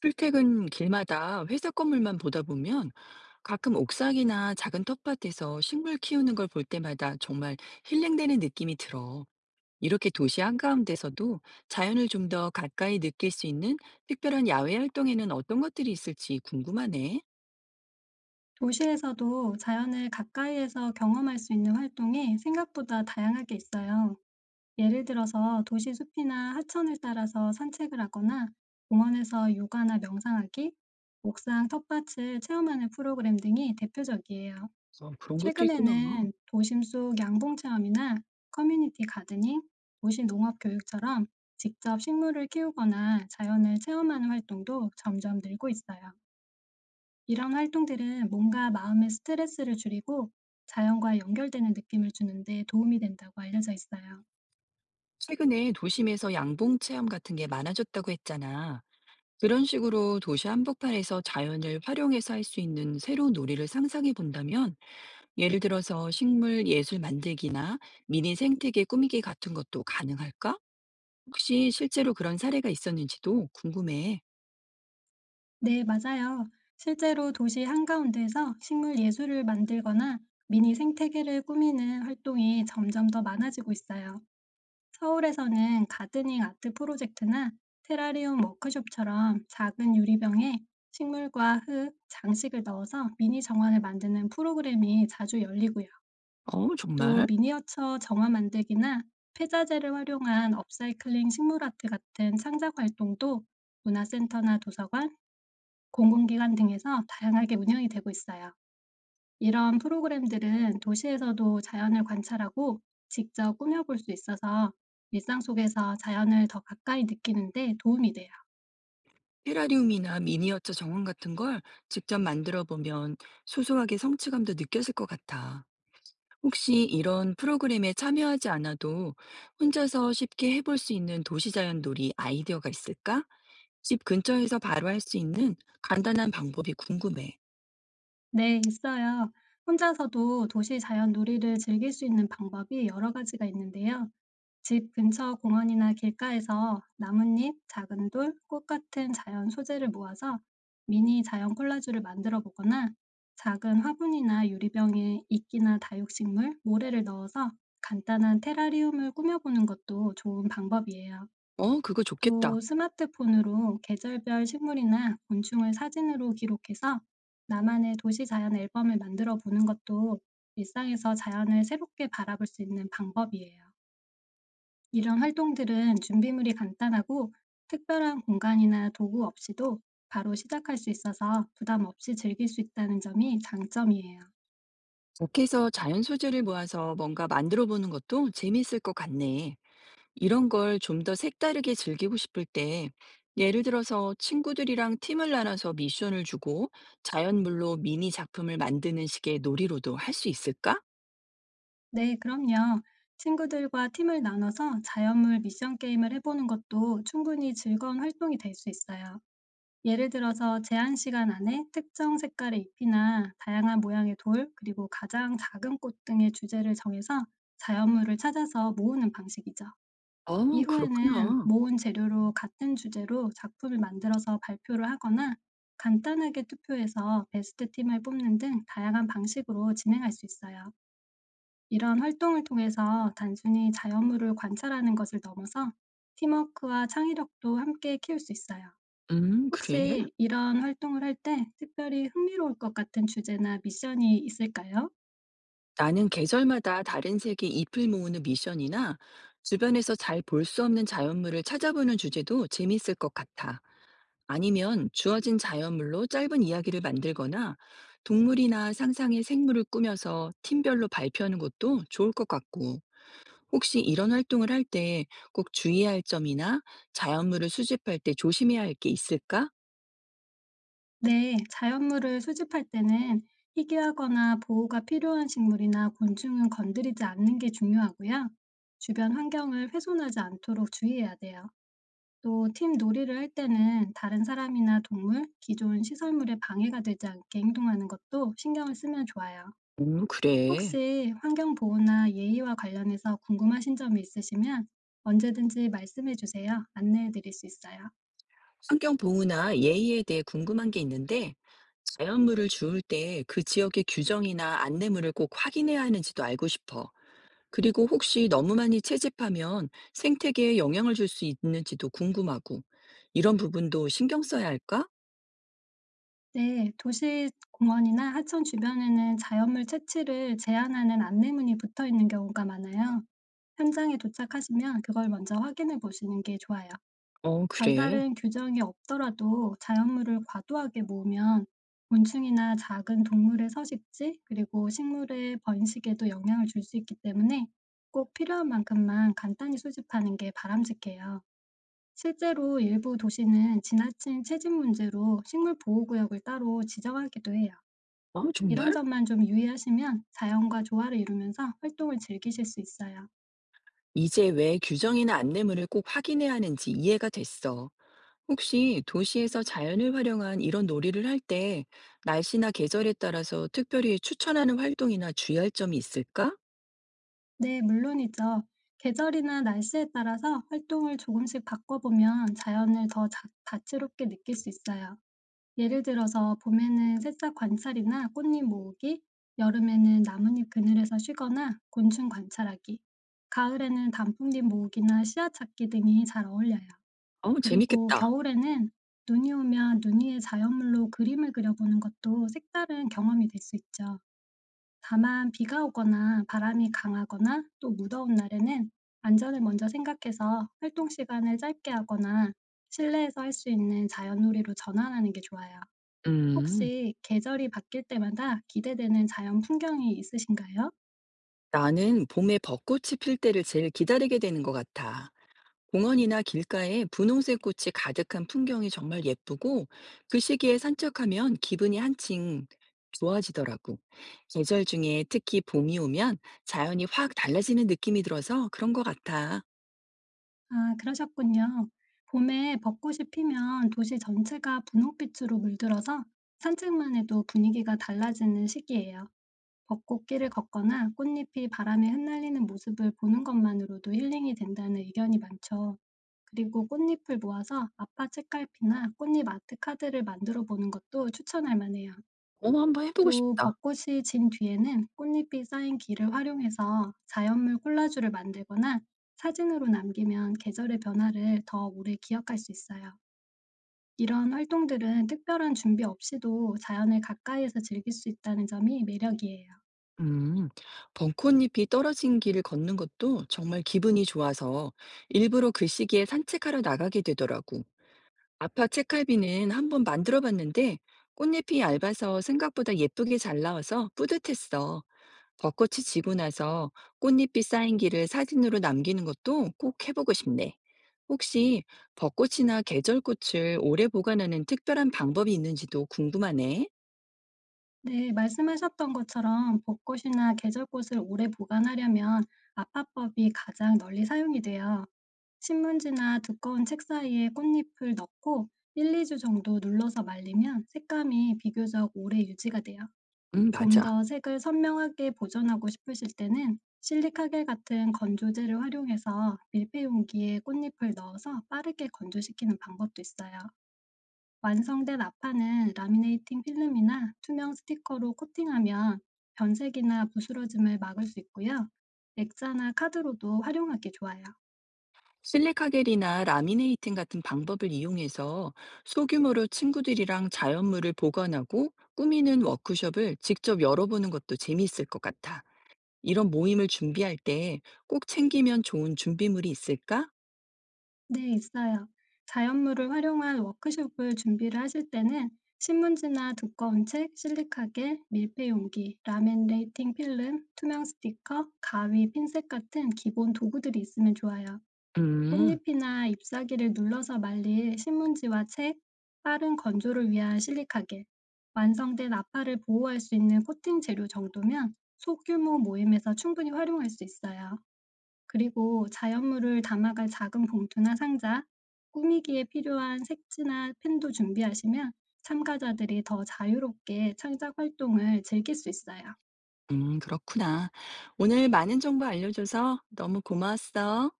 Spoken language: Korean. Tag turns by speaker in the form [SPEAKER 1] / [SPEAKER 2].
[SPEAKER 1] 출퇴근 길마다 회사 건물만 보다 보면 가끔 옥상이나 작은 텃밭에서 식물 키우는 걸 볼 때마다 정말 힐링되는 느낌이 들어. 이렇게 도시 한가운데서도 자연을 좀 더 가까이 느낄 수 있는 특별한 야외 활동에는 어떤 것들이 있을지 궁금하네.
[SPEAKER 2] 도시에서도 자연을 가까이에서 경험할 수 있는 활동이 생각보다 다양하게 있어요. 예를 들어서 도시 숲이나 하천을 따라서 산책을 하거나 공원에서 요가나 명상하기, 옥상 텃밭을 체험하는 프로그램 등이 대표적이에요.
[SPEAKER 1] 아, 그런 것도 있구나.
[SPEAKER 2] 최근에는 도심 속 양봉 체험이나 커뮤니티 가드닝, 도시 농업 교육처럼 직접 식물을 키우거나 자연을 체험하는 활동도 점점 늘고 있어요. 이런 활동들은 몸과 마음의 스트레스를 줄이고 자연과 연결되는 느낌을 주는데 도움이 된다고 알려져 있어요.
[SPEAKER 1] 최근에 도심에서 양봉 체험 같은 게 많아졌다고 했잖아. 그런 식으로 도시 한복판에서 자연을 활용해서 할 수 있는 새로운 놀이를 상상해 본다면 예를 들어서 식물 예술 만들기나 미니 생태계 꾸미기 같은 것도 가능할까? 혹시 실제로 그런 사례가 있었는지도 궁금해.
[SPEAKER 2] 네, 맞아요. 실제로 도시 한가운데에서 식물 예술을 만들거나 미니 생태계를 꾸미는 활동이 점점 더 많아지고 있어요. 서울에서는 가드닝 아트 프로젝트나 테라리움 워크숍처럼 작은 유리병에 식물과 흙, 장식을 넣어서 미니 정원을 만드는 프로그램이 자주 열리고요.
[SPEAKER 1] 어,
[SPEAKER 2] 또
[SPEAKER 1] 정말?
[SPEAKER 2] 미니어처 정화 만들기나 폐자재를 활용한 업사이클링 식물 아트 같은 창작 활동도 문화센터나 도서관, 공공기관 등에서 다양하게 운영이 되고 있어요. 이런 프로그램들은 도시에서도 자연을 관찰하고 직접 꾸며볼 수 있어서 일상 속에서 자연을 더 가까이 느끼는 데 도움이 돼요.
[SPEAKER 1] 테라리움이나 미니어처 정원 같은 걸 직접 만들어 보면 소소하게 성취감도 느껴질 것 같아. 혹시 이런 프로그램에 참여하지 않아도 혼자서 쉽게 해볼 수 있는 도시자연 놀이 아이디어가 있을까? 집 근처에서 바로 할 수 있는 간단한 방법이 궁금해.
[SPEAKER 2] 네, 있어요. 혼자서도 도시 자연 놀이를 즐길 수 있는 방법이 여러 가지가 있는데요. 집 근처 공원이나 길가에서 나뭇잎, 작은 돌, 꽃 같은 자연 소재를 모아서 미니 자연 콜라주를 만들어 보거나 작은 화분이나 유리병에 이끼나 다육식물, 모래를 넣어서 간단한 테라리움을 꾸며보는 것도 좋은 방법이에요.
[SPEAKER 1] 어, 그거 좋겠다.
[SPEAKER 2] 또 스마트폰으로 계절별 식물이나 곤충을 사진으로 기록해서 나만의 도시 자연 앨범을 만들어 보는 것도 일상에서 자연을 새롭게 바라볼 수 있는 방법이에요. 이런 활동들은 준비물이 간단하고 특별한 공간이나 도구 없이도 바로 시작할 수 있어서 부담 없이 즐길 수 있다는 점이 장점이에요.
[SPEAKER 1] 밖에서 자연 소재를 모아서 뭔가 만들어 보는 것도 재미있을 것 같네. 이런 걸 좀 더 색다르게 즐기고 싶을 때, 예를 들어서 친구들이랑 팀을 나눠서 미션을 주고 자연물로 미니 작품을 만드는 식의 놀이로도 할 수 있을까?
[SPEAKER 2] 네, 그럼요. 친구들과 팀을 나눠서 자연물 미션 게임을 해보는 것도 충분히 즐거운 활동이 될 수 있어요. 예를 들어서 제한 시간 안에 특정 색깔의 잎이나 다양한 모양의 돌, 그리고 가장 작은 꽃 등의 주제를 정해서 자연물을 찾아서 모으는 방식이죠.
[SPEAKER 1] 어,
[SPEAKER 2] 이후에는
[SPEAKER 1] 그렇구나.
[SPEAKER 2] 모은 재료로 같은 주제로 작품을 만들어서 발표를 하거나 간단하게 투표해서 베스트 팀을 뽑는 등 다양한 방식으로 진행할 수 있어요. 이런 활동을 통해서 단순히 자연물을 관찰하는 것을 넘어서 팀워크와 창의력도 함께 키울 수 있어요.
[SPEAKER 1] 그래.
[SPEAKER 2] 혹시 이런 활동을 할 때 특별히 흥미로울 것 같은 주제나 미션이 있을까요?
[SPEAKER 1] 나는 계절마다 다른 색의 잎을 모으는 미션이나 주변에서 잘 볼 수 없는 자연물을 찾아보는 주제도 재밌을 것 같아. 아니면 주어진 자연물로 짧은 이야기를 만들거나 동물이나 상상의 생물을 꾸며서 팀별로 발표하는 것도 좋을 것 같고, 혹시 이런 활동을 할 때 꼭 주의해야 할 점이나 자연물을 수집할 때 조심해야 할 게 있을까?
[SPEAKER 2] 네, 자연물을 수집할 때는 희귀하거나 보호가 필요한 식물이나 곤충은 건드리지 않는 게 중요하고요. 주변 환경을 훼손하지 않도록 주의해야 돼요. 또 팀 놀이를 할 때는 다른 사람이나 동물, 기존 시설물에 방해가 되지 않게 행동하는 것도 신경을 쓰면 좋아요.
[SPEAKER 1] 그래.
[SPEAKER 2] 혹시 환경 보호나 예의와 관련해서 궁금하신 점이 있으시면 언제든지 말씀해 주세요. 안내해 드릴 수 있어요.
[SPEAKER 1] 환경 보호나 예의에 대해 궁금한 게 있는데, 자연물을 주울 때 그 지역의 규정이나 안내물을 꼭 확인해야 하는지도 알고 싶어. 그리고 혹시 너무 많이 채집하면 생태계에 영향을 줄 수 있는지도 궁금하고, 이런 부분도 신경 써야 할까?
[SPEAKER 2] 네, 도시 공원이나 하천 주변에는 자연물 채취를 제한하는 안내문이 붙어 있는 경우가 많아요. 현장에 도착하시면 그걸 먼저 확인해 보시는 게 좋아요.
[SPEAKER 1] 어, 그래.
[SPEAKER 2] 별다른 규정이 없더라도 자연물을 과도하게 모으면 곤충이나 작은 동물의 서식지, 그리고 식물의 번식에도 영향을 줄 수 있기 때문에 꼭 필요한 만큼만 간단히 수집하는 게 바람직해요. 실제로 일부 도시는 지나친 채집 문제로 식물 보호구역을 따로 지정하기도 해요.
[SPEAKER 1] 어,
[SPEAKER 2] 이런
[SPEAKER 1] 정말?
[SPEAKER 2] 점만 좀 유의하시면 자연과 조화를 이루면서 활동을 즐기실 수 있어요.
[SPEAKER 1] 이제 왜 규정이나 안내물을 꼭 확인해야 하는지 이해가 됐어. 혹시 도시에서 자연을 활용한 이런 놀이를 할 때 날씨나 계절에 따라서 특별히 추천하는 활동이나 주의할 점이 있을까?
[SPEAKER 2] 네, 물론이죠. 계절이나 날씨에 따라서 활동을 조금씩 바꿔보면 자연을 더 다채롭게 느낄 수 있어요. 예를 들어서 봄에는 새싹 관찰이나 꽃잎 모으기, 여름에는 나뭇잎 그늘에서 쉬거나 곤충 관찰하기, 가을에는 단풍잎 모으기나 씨앗 찾기 등이 잘 어울려요.
[SPEAKER 1] 어,
[SPEAKER 2] 그리고
[SPEAKER 1] 재밌겠다.
[SPEAKER 2] 겨울에는 눈이 오면 눈 위에 자연물로 그림을 그려보는 것도 색다른 경험이 될 수 있죠. 다만 비가 오거나 바람이 강하거나 또 무더운 날에는 안전을 먼저 생각해서 활동 시간을 짧게 하거나 실내에서 할 수 있는 자연놀이로 전환하는 게 좋아요.
[SPEAKER 1] 음,
[SPEAKER 2] 혹시 계절이 바뀔 때마다 기대되는 자연 풍경이 있으신가요?
[SPEAKER 1] 나는 봄에 벚꽃이 필 때를 제일 기다리게 되는 것 같아. 공원이나 길가에 분홍색 꽃이 가득한 풍경이 정말 예쁘고 그 시기에 산책하면 기분이 한층 좋아지더라고. 계절 중에 특히 봄이 오면 자연이 확 달라지는 느낌이 들어서 그런 것 같아.
[SPEAKER 2] 아, 그러셨군요. 봄에 벚꽃이 피면 도시 전체가 분홍빛으로 물들어서 산책만 해도 분위기가 달라지는 시기예요. 벚꽃길을 걷거나 꽃잎이 바람에 흩날리는 모습을 보는 것만으로도 힐링이 된다는 의견이 많죠. 그리고 꽃잎을 모아서 아파 책갈피나 꽃잎 아트 카드를 만들어 보는 것도 추천할 만해요.
[SPEAKER 1] 어, 한번 해보고
[SPEAKER 2] 또
[SPEAKER 1] 싶다.
[SPEAKER 2] 벚꽃이 진 뒤에는 꽃잎이 쌓인 길을 활용해서 자연물 콜라주를 만들거나 사진으로 남기면 계절의 변화를 더 오래 기억할 수 있어요. 이런 활동들은 특별한 준비 없이도 자연을 가까이에서 즐길 수 있다는 점이 매력이에요.
[SPEAKER 1] 음, 벚꽃잎이 떨어진 길을 걷는 것도 정말 기분이 좋아서 일부러 그 시기에 산책하러 나가게 되더라고. 아파 책갈비는 한번 만들어 봤는데 꽃잎이 얇아서 생각보다 예쁘게 잘 나와서 뿌듯했어. 벚꽃이 지고 나서 꽃잎이 쌓인 길을 사진으로 남기는 것도 꼭 해보고 싶네. 혹시 벚꽃이나 계절꽃을 오래 보관하는 특별한 방법이 있는지도 궁금하네.
[SPEAKER 2] 네, 말씀하셨던 것처럼 벚꽃이나 계절꽃을 오래 보관하려면 아파법이 가장 널리 사용이 돼요. 신문지나 두꺼운 책 사이에 꽃잎을 넣고 1, 2주 정도 눌러서 말리면 색감이 비교적 오래 유지가 돼요. 좀
[SPEAKER 1] 맞아.
[SPEAKER 2] 더 색을 선명하게 보존하고 싶으실 때는 실리카겔 같은 건조제를 활용해서 밀폐 용기에 꽃잎을 넣어서 빠르게 건조시키는 방법도 있어요. 완성된 아판은 라미네이팅 필름이나 투명 스티커로 코팅하면 변색이나 부스러짐을 막을 수 있고요. 액자나 카드로도 활용하기 좋아요.
[SPEAKER 1] 실리카겔이나 라미네이팅 같은 방법을 이용해서 소규모로 친구들이랑 자연물을 보관하고 꾸미는 워크숍을 직접 열어보는 것도 재미있을 것 같아. 이런 모임을 준비할 때 꼭 챙기면 좋은 준비물이 있을까?
[SPEAKER 2] 네, 있어요. 자연물을 활용한 워크숍을 준비를 하실 때는 신문지나 두꺼운 책, 실리카겔, 밀폐용기, 라미네이팅 필름, 투명 스티커, 가위, 핀셋 같은 기본 도구들이 있으면 좋아요.
[SPEAKER 1] 음,
[SPEAKER 2] 꽃잎이나 잎사귀를 눌러서 말릴 신문지와 책, 빠른 건조를 위한 실리카겔, 완성된 아파를 보호할 수 있는 코팅 재료 정도면 소규모 모임에서 충분히 활용할 수 있어요. 그리고 자연물을 담아갈 작은 봉투나 상자, 꾸미기에 필요한 색지나 펜도 준비하시면 참가자들이 더 자유롭게 창작 활동을 즐길 수 있어요.
[SPEAKER 1] 음, 그렇구나. 오늘 많은 정보 알려줘서 너무 고마웠어.